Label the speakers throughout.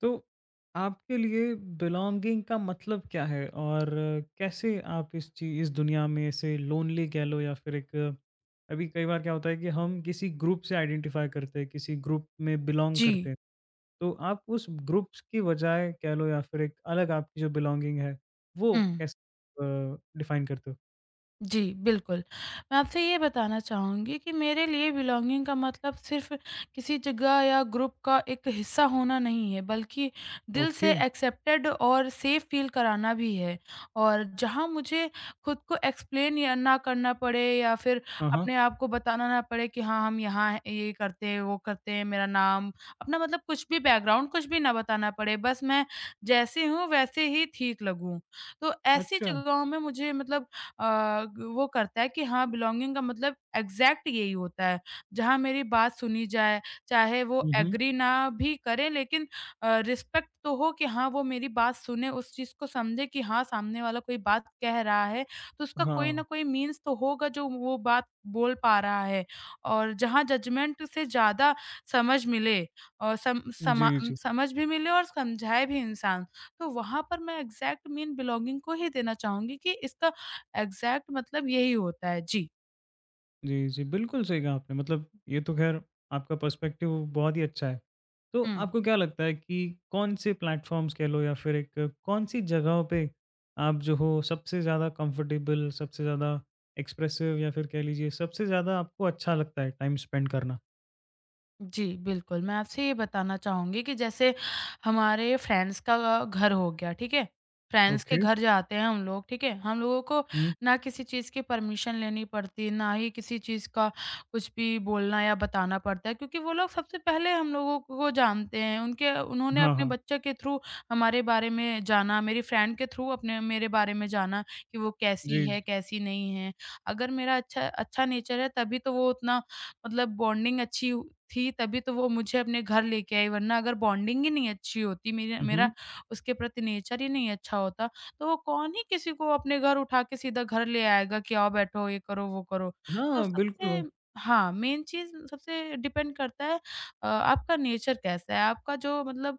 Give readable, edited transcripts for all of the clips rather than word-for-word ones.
Speaker 1: तो आपके लिए बिलोंगिंग का मतलब क्या है और कैसे आप इस चीज इस दुनिया में से लोनली कह लो या फिर एक अभी कई बार क्या होता है कि हम किसी ग्रुप से आइडेंटिफाई करते हैं, किसी ग्रुप में बिलोंग करते
Speaker 2: G，
Speaker 1: हैं, तो आप उस ग्रुप्स की बजाय कह लो या फिर एक अलग आपकी जो बिलोंगिंग है वो
Speaker 2: 嗯。
Speaker 1: कैसे डिफाइन करते हो?
Speaker 2: जी, बिल्कुल। मैं आपसे ये बताना चाहूँगी कि मेरे लिए बिलॉन्गिंग का मतलब सिर्फ़ किसी जगह या ग्रुप का एक हिस्सा होना नहीं है, बल्कि दिल
Speaker 1: ओके।
Speaker 2: से एक्सेप्टेड और सेफ़ फ़ील कराना भी है। और जहाँ मुझे खुद को एक्सप्लेन या ना करना पड़े या फिर
Speaker 1: हाँ, हाँ।
Speaker 2: अपने आप को बताना ना पड़े कि हाँ, हम यहाँ हैं, ये करते हैं, वो करते हैं, मेरा नाम अपना मतलब कुछ भी बैकग्राउंड कुछ भी ना बताना पड़े, बस मैं जैसे हूँ वैसे ही ठीक लगूँ। तो ऐसी
Speaker 1: अच्छा।
Speaker 2: जगहों में मुझे मतलब वो करता है कि हाँ बिलॉन्गिंग का मतलब एग्ज़ैक्ट यही होता है, जहाँ मेरी बात सुनी जाए, चाहे वो
Speaker 1: हम्म।
Speaker 2: एग्री ना भी करें लेकिन रिस्पेक्ट तो हो कि हाँ वो मेरी बात सुने, उस चीज़ को समझे कि हाँ सामने वाला कोई बात कह रहा है, तो उसका कोई ना
Speaker 1: हाँ।
Speaker 2: कोई मीन्स तो होगा जो वो बात बोल पा रहा है। और जहाँ जजमेंट से ज़्यादा समझ मिले और सम
Speaker 1: जी,
Speaker 2: समा
Speaker 1: जी।
Speaker 2: समझ भी मिले और समझाए भी इंसान, तो वहाँ पर मैं एग्ज़ैक्ट मीन बिलॉन्गिंग को ही देना चाहूँगी कि इसका एग्ज़ैक्ट मतलब यही होता है। जी।
Speaker 1: जी, जी। बिल्कुल सही कहा आपने। मतलब ये तो ख़ैर आपका पर्सपेक्टिव बहुत ही अच्छा है। तो
Speaker 2: हुँ।
Speaker 1: आपको क्या लगता है कि कौन-से प्लेटफ़ॉर्म्स कह लो या फिर एक कौन-सी जगहों पे आप जो हो सबसे ज़्यादा कंफ़र्टेबल, सबसे ज़्यादा एक्सप्रेसिव या फिर कह लीजिए सबसे ज़्यादा आपको अच्छा लगता है टाइम स्पेंड करना?
Speaker 2: जी, बिल्कुल। मैं आपसे ये बताना चाहूँगी कि जैसे हमारे फ्रेंड्स का घर हो गया, ठीक है? फ्रेंड्स के
Speaker 1: ओके।
Speaker 2: घर जाते हैं हम लोग, ठीक है? हम लोगों को
Speaker 1: हुँ।
Speaker 2: ना किसी चीज़ की परमिशन लेनी पड़ती, ना ही किसी चीज़ का कुछ भी बोलना या बताना पड़ता है क्योंकि वो लोग सबसे पहले हम लोगों को जानते हैं। उनके उन्होंने
Speaker 1: हाँ,
Speaker 2: अपने
Speaker 1: हाँ।
Speaker 2: बच्चे के थ्रू हमारे बारे में जाना, मेरी फ्रेंड के थ्रू अपने मेरे बारे में जाना कि वो कैसी
Speaker 1: जी, जी।
Speaker 2: है, कैसी नहीं है। अगर मेरा अच्छा अच्छा नेचर है तभी तो वो उतना मतलब बॉन्डिंग अच्छी थी तभी तो वो मुझे अपने घर लेके आई वरना अगर बॉन्डिंग ही नहीं अच्छी होती मेरे
Speaker 1: हुँ,
Speaker 2: मेरा
Speaker 1: हुँ।
Speaker 2: उसके प्रति नेचर ही नहीं अच्छा होता तो वो कौन ही किसी को अपने घर उठा के सीधा घर ले आएगा कि आओ बैठो ये करो वो करो। तो
Speaker 1: हाँ, बिल्कुल वो।
Speaker 2: सबसे हाँ, मेन चीज़ सबसे डिपेंड करता है आपका नेचर कैसा है, आपका जो मतलब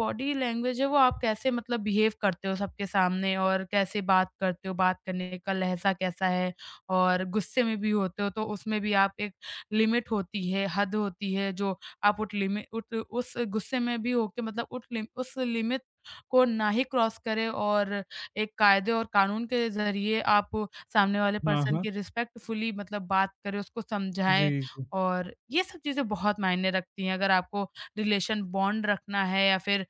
Speaker 2: बॉडी लैंग्वेज है वो आप कैसे मतलब बिहेव करते हो सबके सामने और कैसे बात करते हो, बात करने का लहज़ा कैसा है और गुस्से में भी होते हो तो उसमें भी आप एक लिमिट होती है, हद होती है जो आप उट लिमि उट उस गुस्से में भी होके मतलब उट लिम उस लिमिट को ना ही क्रॉस करें और एक कायदे और कानून के ज़रिए आप सामने वाले
Speaker 1: हाँ,
Speaker 2: पर्सन
Speaker 1: हाँ।
Speaker 2: की रिस्पेक्टफुली मतलब बात करें, उसको समझाएँ
Speaker 1: जी, जी।
Speaker 2: और ये सब चीज़ें बहुत मायने रखती हैं। अगर आपको रिलेशन बॉन्ड रखना है या फिर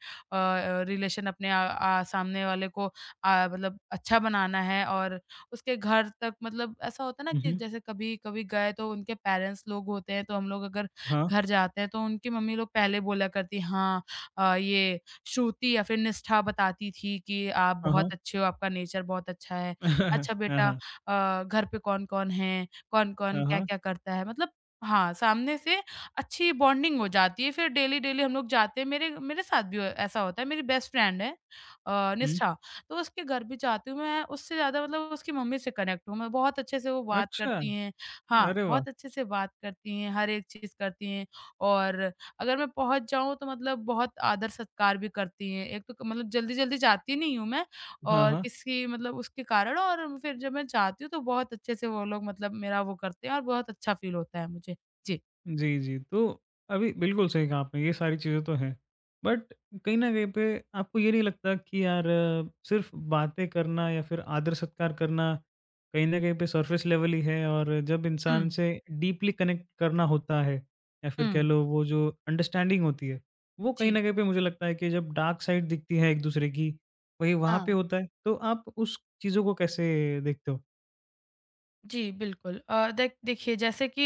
Speaker 2: रिलेशन अपने सामने वाले को मतलब अच्छा बनाना है और उसके घर तक मतलब ऐसा होता है ना
Speaker 1: हुँ,
Speaker 2: कि
Speaker 1: हुँ।
Speaker 2: जैसे कभी-कभी गए तो उनके पेरेंट्स लोग होते हैं, तो हम लोग अगर
Speaker 1: हाँ,
Speaker 2: घर जाते हैं, तो उनकी मम्मी लोग पहले बोला करती हाँ, ये श्रुति या फिर निष्ठा बताती थी कि आप
Speaker 1: हाँ, हाँ।
Speaker 2: बहुत अच्छे हो, आपका नेचर बहुत अच्छा है। अच्छा
Speaker 1: हाँ,
Speaker 2: बेटा,
Speaker 1: हाँ।
Speaker 2: घर पे कौन-कौन है, कौन-कौन
Speaker 1: हाँ, हाँ।
Speaker 2: क्या-क्या करता है, मतलब हाँ, सामने से अच्छी बॉन्डिंग हो जाती है, फिर डेली-डेली हम लोग जाते हैं, मेरे मेरे साथ भी ऐसा होता है, मेरी बेस्ट फ्रेंड है
Speaker 1: हुँ।
Speaker 2: निष्ठा। तो उसके घर भी चाहती हूँ मैं उससे ज़्यादा मतलब उसकी मम्मी से कनेक्ट हूँ मैं, बहुत अच्छे से वो बात
Speaker 1: अच्छा!
Speaker 2: करती हैं। हाँ,
Speaker 1: अरे वाह!
Speaker 2: बहुत अच्छे से बात करती हैं, हर एक चीज़ करती हैं और अगर मैं पहुँच जाऊँ तो मतलब बहुत आदर-सत्कार भी करती हैं। एक तो क मतलब जल्दी-जल्दी जाती नहीं हूँ मैं
Speaker 1: हाँ,
Speaker 2: और
Speaker 1: हाँ।
Speaker 2: किसी मतलब उसके कारण और फिर जब मैं जाती हूँ तो बहुत अच्छे से वो लोग मतलब मेरा वो करते हैं और बहुत अच्छा फ़ील होता है मुझे। जी।
Speaker 1: जी, जी। तो अभी बिल्कुल सही कहा आपने, ये सारी चीज़ें तो हैं। बट कहीं न कहीं पे आपको ये नहीं लगता कि यार सिर्फ़ बातें करना या फिर आदर-सत्कार करना कहीं न कहीं पे सरफ़ेस लेवल ही है, और जब इंसान
Speaker 2: हुँ,
Speaker 1: से डीपली कनेक्ट करना होता है या फिर कह
Speaker 2: हुँ।
Speaker 1: लो वो जो अंडरस्टैंडिंग होती है, वो कहीं
Speaker 2: जी,
Speaker 1: न कहीं पे मुझे लगता है कि जब डार्क साइड दिखती है एक-दूसरे की, वही वहाँ पे
Speaker 2: हाँ।
Speaker 1: होता है। तो आप उस चीज़ों को कैसे देखते हो?
Speaker 2: जी, बिल्कुल। देखिए जैसे कि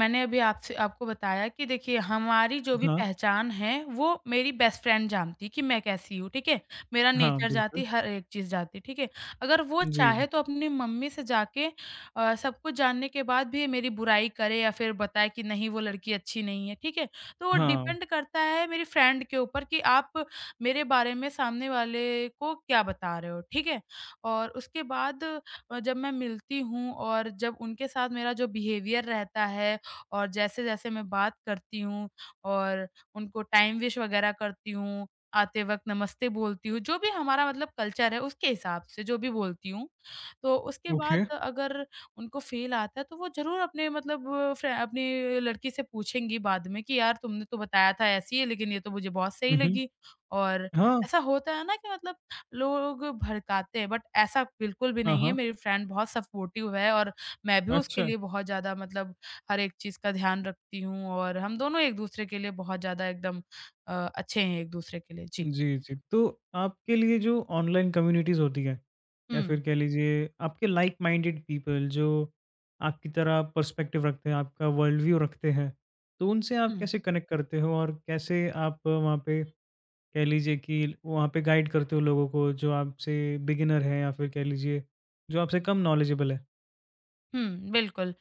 Speaker 2: मैंने अभी आपसे आपको बताया कि देखिए हमारी जो भी
Speaker 1: हाँ।
Speaker 2: पहचान है वो मेरी बेस्ट फ्रेंड जानती है कि मैं कैसी हूँ, ठीक है? मेरा
Speaker 1: हाँ,
Speaker 2: नेचर जानती
Speaker 1: बिल्कुल।
Speaker 2: है, हर एक चीज़ जानती है, ठीक है? अगर वो
Speaker 1: जी, जी।
Speaker 2: चाहे तो अपनी मम्मी से जाके सब कुछ जानने के बाद भी मेरी बुराई करे या फिर बताए कि नहीं वो लड़की अच्छी नहीं है, ठीक है? तो वो
Speaker 1: हाँ,
Speaker 2: डिपेंड करता है मेरी फ्रेंड के ऊपर कि आप मेरे बारे में सामने वाले को क्या बता रहे हो, ठीक है? और उसके बाद और जब मैं मिलती हूँ और जब उनके साथ मेरा जो बिहेवियर रहता है और जैसे-जैसे मैं बात करती हूँ और उनको टाइम विश वगैरह करती हूँ, आते वक़्त नमस्ते बोलती हूँ, जो भी हमारा मतलब कल्चर है उसके हिसाब से जो भी बोलती हूँ। तो उसके
Speaker 1: ओके।
Speaker 2: बाद अगर उनको फ़ील आता है तो वो ज़रूर अपने मतलब फ्रे अपनी लड़की से पूछेंगी बाद में कि यार तुमने तो बताया था ऐसी है लेकिन ये तो मुझे बहुत सही
Speaker 1: हुँ, हुँ।
Speaker 2: लगी। और
Speaker 1: हाँ।
Speaker 2: ऐसा होता है ना कि मतलब लोग भड़काते हैं बट ऐसा बिल्कुल भी
Speaker 1: हाँ,
Speaker 2: नहीं है,
Speaker 1: हाँ।
Speaker 2: मेरी फ्रेंड बहुत सपोर्टिव है और मैं भी उसके
Speaker 1: अच्छा।
Speaker 2: लिए बहुत ज़्यादा मतलब हर एक चीज़ का ध्यान रखती हूँ और हम दोनों एक-दूसरे के लिए बहुत ज़्यादा एकदम अच्छे हैं एक-दूसरे के लिए। जी।
Speaker 1: जी, जी। तो आपके लिए जो ऑनलाइन कम्युनिटीज़ होती हैं या फिर
Speaker 2: हुँ,
Speaker 1: कह लीजिए आपके लाइक माइंडेड पीपल जो आपकी तरह पर्सपेक्टिव रखते हैं, आपका वर्ल्ड व्यू रखते हैं, तो उनसे आप
Speaker 2: हुँ।
Speaker 1: कैसे कनेक्ट करते हो और कैसे आप वहाँ पे कह लीजिए कि वहाँ पे गाइड करते हो लोगों को जो आपसे बिगिनर हैं या फिर कह लीजिए जो आपसे कम नॉलेजेबल है?
Speaker 2: हुँ, बिल्कुल।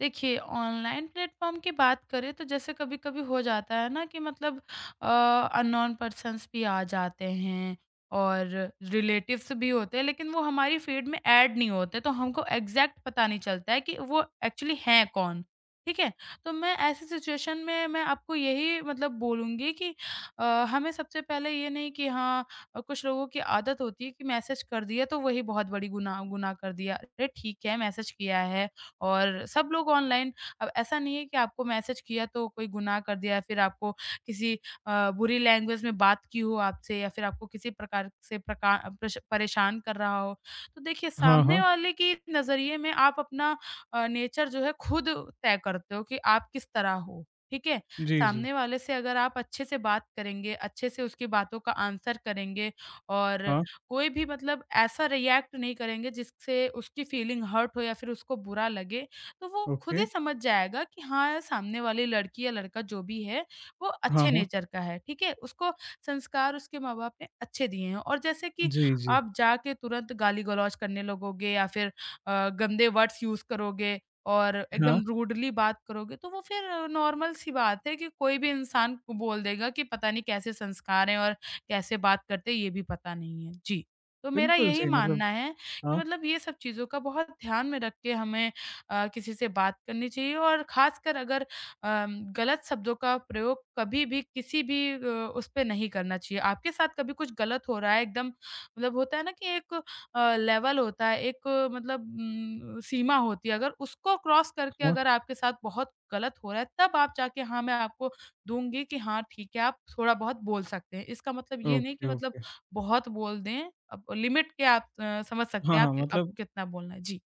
Speaker 2: देखिए, ऑनलाइन प्लेटफ़ॉर्म की बात करें तो जैसे कभी-कभी हो जाता है ना कि मतलब अननोन पर्सन्स भी आ जाते हैं और रिलेटिव्स भी होते हैं, लेकिन वो हमारी फ़ीड में ऐड नहीं होते, तो हमको एग्ज़ैक्ट पता नहीं चलता है कि वो एक्चुअली हैं कौन, ठीक है? तो मैं ऐसी सिचुएशन में मैं आपको यही मतलब बोलूँगी कि अ, हमें सबसे पहले ये नहीं कि हाँ और कुछ लोगों की आदत होती है कि मैसेज कर दिया तो वही बहुत बड़ी गुनाह गुनाह कर दिया। अरे ठीक है मैसेज किया है और सब लोग ऑनलाइन, अब ऐसा नहीं है कि आपको मैसेज किया तो कोई गुनाह कर दिया या फिर आपको किसी बुरी लैंग्वेज में बात की हो आपसे या फिर आपको किसी प्रकार से प्रका प्रश परेशान कर रहा हो। तो देखिए
Speaker 1: हाँ,
Speaker 2: सामने
Speaker 1: हाँ।
Speaker 2: वाले की नज़रिए में आप अपना नेचर जो है खुद तय करते हो कि आप किस तरह हो, ठीक है?
Speaker 1: जी, जी।
Speaker 2: सामने वाले से अगर आप अच्छे से बात करेंगे, अच्छे से उसकी बातों का आंसर करेंगे और
Speaker 1: हाँ,
Speaker 2: कोई भी मतलब ऐसा रिएक्ट नहीं करेंगे जिससे उसकी फीलिंग हर्ट हो या फिर उसको बुरा लगे, तो वो
Speaker 1: ओके।
Speaker 2: खुद ही समझ जाएगा कि हाँ, सामने वाली लड़की या लड़का जो भी है, वो
Speaker 1: हाँ,
Speaker 2: अच्छे
Speaker 1: हाँ।
Speaker 2: नेचर का है, ठीक है? उसको संस्कार उसके माँ-बाप ने अच्छे दिए हैं और जैसे कि
Speaker 1: जी, जी।
Speaker 2: आप जाके तुरंत गाली-गलौज करने लगोगे या फिर गंदे वर्ड्स यूज़ करोगे और
Speaker 1: हाँ,
Speaker 2: एकदम रूडली बात करोगे तो वो फिर नॉर्मल सी बात है कि कोई भी इंसान को बोल देगा कि पता नहीं कैसे संस्कार हैं और कैसे बात करते हैं ये भी पता नहीं है। जी। तो मेरा
Speaker 1: बिल्कुल
Speaker 2: यही
Speaker 1: सही मतलब।
Speaker 2: मानना है कि
Speaker 1: हाँ,
Speaker 2: मतलब ये सब चीज़ों का बहुत ध्यान में रख के हमें किसी से बात करनी चाहिए और ख़ासकर अगर गलत शब्दों का प्रयोग कभी भी किसी भी उस पे नहीं करना चाहिए। आपके साथ कभी कुछ गलत हो रहा है एकदम मतलब होता है ना कि एक लेवल होता है, एक मतलब सीमा होती है, अगर उसको क्रॉस करके
Speaker 1: हाँ।
Speaker 2: अगर आपके साथ बहुत गलत हो रहा है, तब आप जाके हाँ, मैं आपको दूँगी कि हाँ, ठीक है, आप थोड़ा-बहुत बोल सकते हैं। इसका मतलब ये नहीं
Speaker 1: ओके,
Speaker 2: कि मतलब
Speaker 1: ओके।
Speaker 2: बहुत बोल दें, अब लिमिट के आप समझ सकते
Speaker 1: हाँ,
Speaker 2: हैं, आप
Speaker 1: हाँ, मतलब
Speaker 2: आपको कितना बोलना है। जी।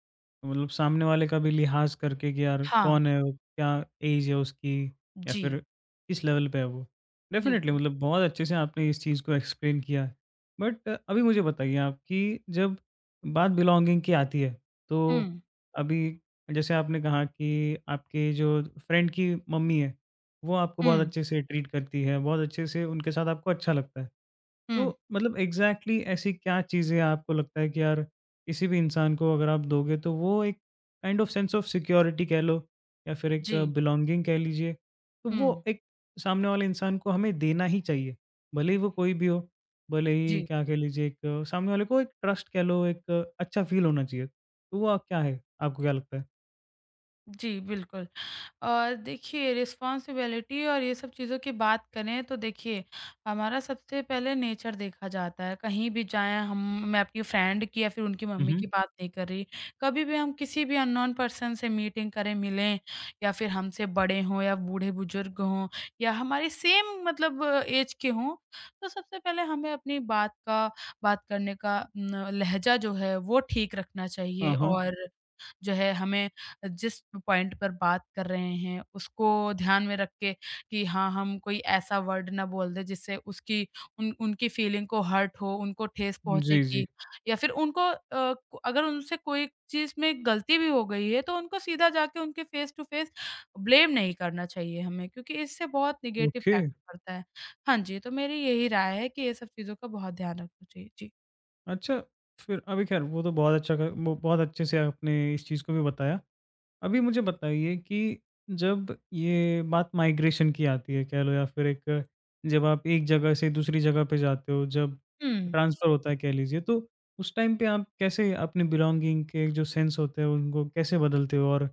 Speaker 1: मतलब सामने वाले का भी लिहाज़ करके कि यार
Speaker 2: हाँ।
Speaker 1: कौन है वो, क्या एज है उसकी या
Speaker 2: जी,
Speaker 1: फिर किस लेवल पे है वो। डेफ़िनेटली
Speaker 2: बिल्कुल।
Speaker 1: मतलब बहुत अच्छे से आपने इस चीज़ को एक्सप्लेन किया है। बट अभी मुझे बताइए आप कि जब बात बिलॉन्गिंग की आती है, तो
Speaker 2: हुँ,
Speaker 1: अभी जैसे आपने कहा कि आपके जो फ्रेंड की मम्मी है, वो आपको बहुत
Speaker 2: हुँ,
Speaker 1: अच्छे से ट्रीट करती है, बहुत अच्छे से उनके साथ आपको अच्छा लगता है। तो
Speaker 2: हुँ।
Speaker 1: मतलब एग्ज़ैक्टली ऐसी क्या चीज़ें आपको लगता है कि यार किसी भी इंसान को अगर आप दोगे तो वो एक kind of sense of security कह लो या फिर एक
Speaker 2: जी,
Speaker 1: बिलोंगिंग कह लीजिए, तो वो
Speaker 2: हुँ,
Speaker 1: एक सामने वाले इंसान को हमें देना ही चाहिए। भले ही वो कोई भी हो, भले ही
Speaker 2: जी,
Speaker 1: क्या कह लीजिए एक सामने वाले को एक ट्रस्ट कह लो, एक अच्छा फ़ील होना चाहिए। तो वो क्या है? आपको क्या लगता है?
Speaker 2: जी, बिल्कुल। देखिए रिस्पॉन्सिबिलिटी और ये सब चीज़ों की बात करें तो देखिए हमारा सबसे पहले नेचर देखा जाता है कहीं भी जाएं हम। मैं अपनी फ्रेंड की या फिर उनकी
Speaker 1: हुँ,
Speaker 2: मम्मी
Speaker 1: हुँ।
Speaker 2: की बात नहीं कर रही, कभी भी हम किसी भी अननोन पर्सन से मीटिंग करें मिलें या फिर हमसे बड़े हों या बूढ़े बुजुर्ग हों या हमारे सेम मतलब एज के हों, तो सबसे पहले हमें अपनी बात करने का न, लहजा जो है वो ठीक रखना चाहिए
Speaker 1: हाँ, हाँ।
Speaker 2: और जो है हमें जिस पॉइंट पर बात कर रहे हैं उसको ध्यान में रख के कि हाँ, हम कोई ऐसा वर्ड ना बोल दें जिससे उसकी उन उनकी फीलिंग को हर्ट हो, उनको ठेस
Speaker 1: जी, जी।
Speaker 2: पहुँचेगी या फिर उनको अगर उनसे कोई चीज़ में गलती भी हो गई है तो उनको सीधा जाके उनके फेस टू फेस ब्लेम नहीं करना चाहिए हमें क्योंकि इससे बहुत नेगेटिव
Speaker 1: ओके।
Speaker 2: इफ़ेक्ट पड़ता है। हाँ जी, तो मेरी यही राय है कि ये सब चीज़ों का बहुत ध्यान रखना चाहिए। जी।
Speaker 1: अच्छा, फिर अभी ख़ैर वो तो बहुत अच्छा क वो बहुत अच्छे से आपने इस चीज़ को भी बताया। अभी मुझे बताइए कि जब ये बात माइग्रेशन की आती है कह लो या फिर एक जब आप एक जगह से दूसरी जगह पे जाते हो, जब
Speaker 2: हुँ।
Speaker 1: ट्रांसफ़र होता है कह लीजिए, तो उस टाइम पे आप कैसे अपने बिलॉन्गिंग के जो सेंस होते हैं उनको कैसे बदलते हो? और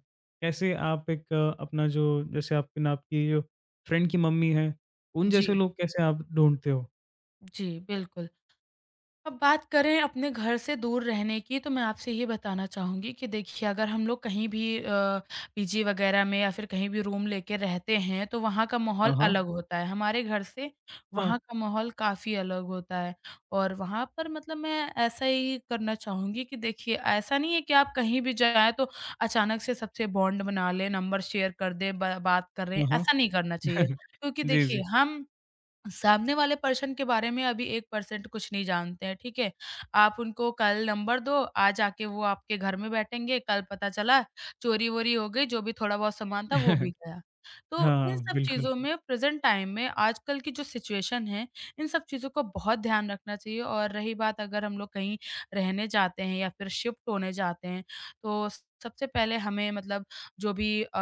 Speaker 1: कैसे आप एक अपना जो जैसे आपके ना आपकी जो फ्रेंड की मम्मी हैं, उन जैसे
Speaker 2: जी,
Speaker 1: लोग कैसे आप ढूँढते हो?
Speaker 2: जी, बिल्कुल। अब बात करें अपने घर से दूर रहने की, तो मैं आपसे ये बताना चाहूँगी कि देखिए, अगर हम लोग कहीं भी पीजी वगैरह में या फिर कहीं भी रूम लेके रहते हैं, तो वहाँ का
Speaker 1: हाँ,
Speaker 2: माहौल
Speaker 1: हाँ।
Speaker 2: अलग होता है। हमारे घर से
Speaker 1: हाँ,
Speaker 2: वहाँ का माहौल काफ़ी अलग होता है और वहाँ पर मतलब मैं ऐसा ही करना चाहूँगी कि देखिए, ऐसा नहीं है कि आप कहीं भी जाएँ, तो अचानक से सबसे बॉन्ड बना लें, नंबर शेयर कर दें, ब बात कर रहे
Speaker 1: हाँ,
Speaker 2: हैं,
Speaker 1: हाँ।
Speaker 2: ऐसा नहीं करना चाहिए। क्योंकि
Speaker 1: जी,
Speaker 2: देखिए,
Speaker 1: जी।
Speaker 2: हम सामने वाले पर्सन के बारे में अभी 1% कुछ नहीं जानते हैं, ठीक है? आप उनको कल नंबर दो, आज आके वो आपके घर में बैठेंगे, कल पता चला चोरी-वोरी हो गई, जो भी थोड़ा-बहुत सामान था वो भी गया। तो इन
Speaker 1: हाँ,
Speaker 2: सब
Speaker 1: बिल्कुल।
Speaker 2: चीज़ों में प्रेज़ेंट टाइम में आजकल की जो सिचुएशन है, इन सब चीज़ों का बहुत ध्यान रखना चाहिए और रही बात अगर हम लोग कहीं रहने जाते हैं या फिर शिफ्ट होने जाते हैं, तो सबसे पहले हमें मतलब जो भी अ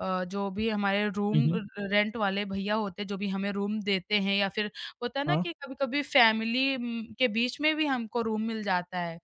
Speaker 2: अ, जो भी हमारे
Speaker 1: हुँ,
Speaker 2: रूम
Speaker 1: हुँ।
Speaker 2: रेंट वाले भैया होते हैं, जो भी हमें रूम देते हैं या फिर होता है ना
Speaker 1: हाँ,
Speaker 2: कि कभी-कभी फैमिली के बीच में भी हमको रूम मिल जाता है।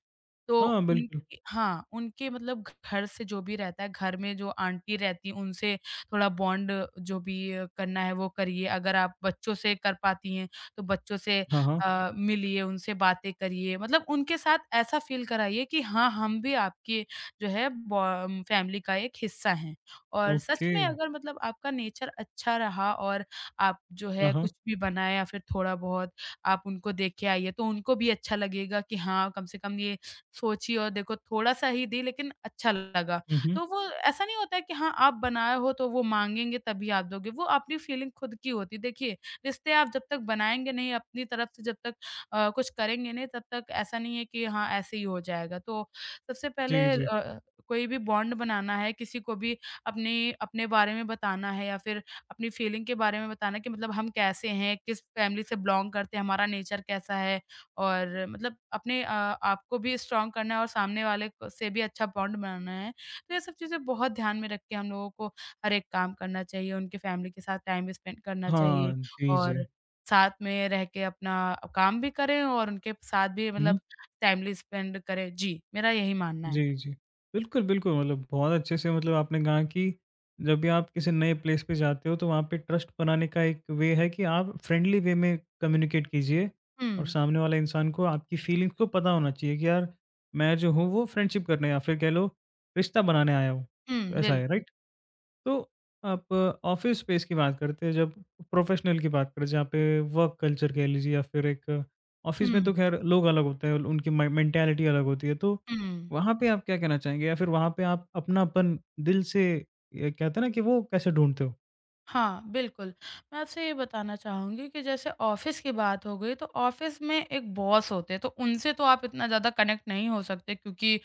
Speaker 2: तो
Speaker 1: हाँ,
Speaker 2: उनकी
Speaker 1: बिल्कुल।
Speaker 2: हाँ, उनके मतलब घर से जो भी रहता है, घर में जो आंटी रहती हैं, उनसे थोड़ा बॉन्ड जो भी करना है वो करिए। अगर आप बच्चों से कर पाती हैं, तो बच्चों से
Speaker 1: हाँ, हाँ।
Speaker 2: मिलिए, उनसे बातें करिए। मतलब उनके साथ ऐसा फ़ील कराइए कि हाँ, हम भी आपके जो है बॉ फैमिली का एक हिस्सा हैं। और सच
Speaker 1: ओके।
Speaker 2: में अगर मतलब आपका नेचर अच्छा रहा और आप जो
Speaker 1: हाँ,
Speaker 2: है
Speaker 1: हाँ।
Speaker 2: कुछ भी बनाए या फिर थोड़ा-बहुत आप उनको दे के आइए, तो उनको भी अच्छा लगेगा कि हाँ, कम से कम ये सोची और देखो थोड़ा-सा ही दी लेकिन अच्छा लगा।
Speaker 1: हुँ, हुँ।
Speaker 2: तो वो ऐसा नहीं होता है कि हाँ, आप बनाए हो तो वो माँगेंगे तभी आप दोगे, वो अपनी फीलिंग खुद की होती है। देखिए, रिश्ते आप जब तक बनाएँगे नहीं अपनी तरफ से जब तक कुछ करेंगे नहीं तब तक ऐसा नहीं है कि हाँ, ऐसे ही हो जाएगा। तो सबसे
Speaker 1: जी,
Speaker 2: पहले
Speaker 1: जी।
Speaker 2: कोई भी बॉन्ड बनाना है, किसी को भी अपने अपने बारे में बताना है या फिर अपनी फीलिंग के बारे में बताना कि मतलब हम कैसे हैं, किस फैमिली से बिलॉन्ग करते हैं, हमारा नेचर कैसा है और मतलब अपने आपको भी स्ट्रॉन्ग करना है और सामने वाले क से भी अच्छा बॉन्ड बनाना है। तो ये सब चीज़ें बहुत ध्यान में रख के हम लोगों को हर एक काम करना चाहिए, उनकी फैमिली के साथ टाइम स्पेंड करना चाहिए
Speaker 1: हाँ, जी, जी।
Speaker 2: और साथ में रह के अपना काम भी करें और उनके साथ भी
Speaker 1: हुँ,
Speaker 2: मतलब टाइमली स्पेंड करें। जी, मेरा यही मानना है।
Speaker 1: जी, जी। बिल्कुल, बिल्कुल मतलब बहुत अच्छे से मतलब आपने कहा कि जब भी आप किसी नए प्लेस पे जाते हो तो वहाँ पे ट्रस्ट बनाने का एक वे है कि आप फ्रेंडली वे में कम्युनिकेट कीजिए और
Speaker 2: हुँ,
Speaker 1: सामने वाले इंसान को आपकी फीलिंग्स को पता होना चाहिए कि यार मैं जो हूँ वो फ्रेंडशिप करने या फिर कह लो रिश्ता बनाने आया हूँ।
Speaker 2: हुँ,
Speaker 1: ऐसा है,
Speaker 2: बिल्कुल।
Speaker 1: राइट? तो आप ऑफिस स्पेस की बात करते हैं, जब प्रोफेशनल की बात करें जहाँ पे वर्क कल्चर कह लीजिए या फिर एक ऑफिस में
Speaker 2: हुँ,
Speaker 1: तो खैर लोग अलग होते हैं, उनकी मेंटेलिटी अलग होती है, तो
Speaker 2: हुँ।
Speaker 1: वहाँ पे आप क्या कहना चाहेंगे या फिर वहाँ पे आप अपनापन दिल से ये कहते हैं ना कि वो कैसे ढूंढते हो?
Speaker 2: हाँ, बिल्कुल। मैं आपसे ये बताना चाहूँगी कि जैसे ऑफ़िस की बात हो गई, तो ऑफ़िस में एक बॉस होते हैं, तो उनसे तो आप इतना ज़्यादा कनेक्ट नहीं हो सकते क्योंकि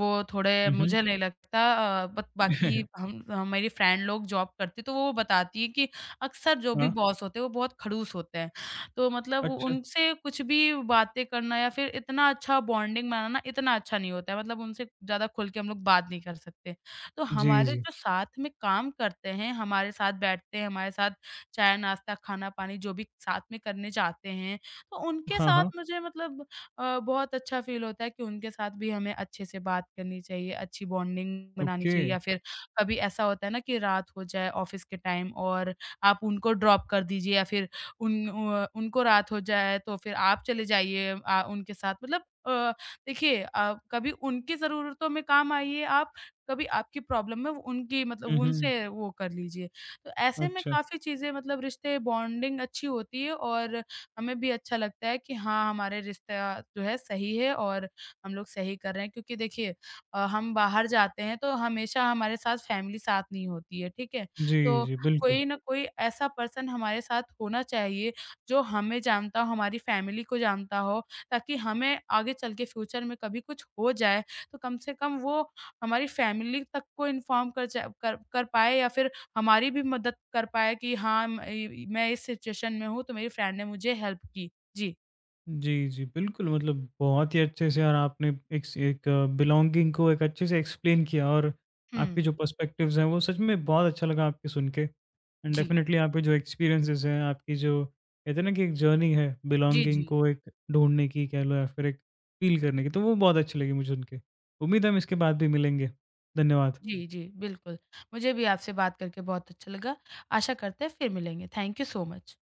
Speaker 2: वो थोड़े
Speaker 1: उहुँ।
Speaker 2: मुझे नहीं लगता अ, बत बाकी हम हमारी फ्रेंड लोग जॉब करती, तो वो बताती है कि अक्सर जो भी
Speaker 1: हाँ,
Speaker 2: बॉस होते हैं, वो बहुत खड़ूस होते हैं। तो मतलब
Speaker 1: अच्छा।
Speaker 2: उनसे कुछ भी बातें करना या फिर इतना अच्छा बॉन्डिंग बनाना इतना अच्छा नहीं होता है, मतलब उनसे ज़्यादा खुल के हम लोग बात नहीं कर सकते। तो
Speaker 1: जी,
Speaker 2: हमारे
Speaker 1: जी।
Speaker 2: जो साथ में काम करते हैं, हमारे साथ बैठते हैं, हमारे साथ चाय-नाश्ता, खाना-पानी जो भी साथ में करने जाते हैं, तो उनके
Speaker 1: हाँ, हाँ।
Speaker 2: साथ मुझे मतलब बहुत अच्छा फ़ील होता है कि उनके साथ भी हमें अच्छे से बात करनी चाहिए, अच्छी बॉन्डिंग बनानी
Speaker 1: ओके।
Speaker 2: चाहिए या फिर कभी ऐसा होता है ना कि रात हो जाए ऑफ़िस के टाइम और आप उनको ड्रॉप कर दीजिए या फिर उनको रात हो जाए तो फिर आप चले जाइए उनके साथ मतलब अ, देखिए कभी उनकी ज़रूरतों में काम आइए आप कभी आपकी प्रॉब्लम है, उनकी मतलब
Speaker 1: उहुँ।
Speaker 2: उनसे वो कर लीजिए। तो ऐसे में
Speaker 1: अच्छा।
Speaker 2: काफ़ी चीज़ें मतलब रिश्ते बॉन्डिंग अच्छी होती है और हमें भी अच्छा लगता है कि हाँ, हमारे रिश्ता जो है सही है और हम लोग सही कर रहे हैं। क्योंकि देखिए हम बाहर जाते हैं तो हमेशा हमारे साथ फैमिली साथ नहीं होती है, ठीक है?
Speaker 1: जी,
Speaker 2: तो
Speaker 1: जी, बिल्कुल।
Speaker 2: कोई ना कोई ऐसा पर्सन हमारे साथ होना चाहिए जो हमें जानता हो, हमारी फैमिली को जानता हो ताकि हमें आगे चल के फ्यूचर में कभी कुछ हो जाए तो कम से कम वो हमारी फैमिली तक को इन्फॉर्म कर च कर कर पाए या फिर हमारी भी मदद कर पाए कि हाँ, म इ मैं इस सिचुएशन में हूँ, तो मेरी फ्रेंड ने मुझे हेल्प की। जी।
Speaker 1: जी, जी। बिल्कुल, मतलब बहुत ही अच्छे से और आपने एक बिलॉन्गिंग को एक अच्छे से एक्सप्लेन किया, और आपके
Speaker 2: हुँ,
Speaker 1: जो पर्सपेक्टिव्स हैं, वो सच में बहुत अच्छा लगा आपके सुन के। And
Speaker 2: ji.
Speaker 1: डेफ़िनेटली आपके जो एक्सपीरियंसेस हैं, आपकी जो कहते हैं ना कि एक जर्नी है
Speaker 2: जी,
Speaker 1: बिलॉन्गिंग
Speaker 2: जी।
Speaker 1: को एक ढूँढने की कह लो या फिर एक फ़ील करने की, तो वो बहुत अच्छी लगी मुझे सुन के। उम्मीद है हम इसके बाद भी मिलेंगे। धन्यवाद।
Speaker 2: जी, जी, बिल्कुल। मुझे भी आपसे बात करके बहुत अच्छा लगा। आशा करते हैं फिर मिलेंगे। Thank you so much.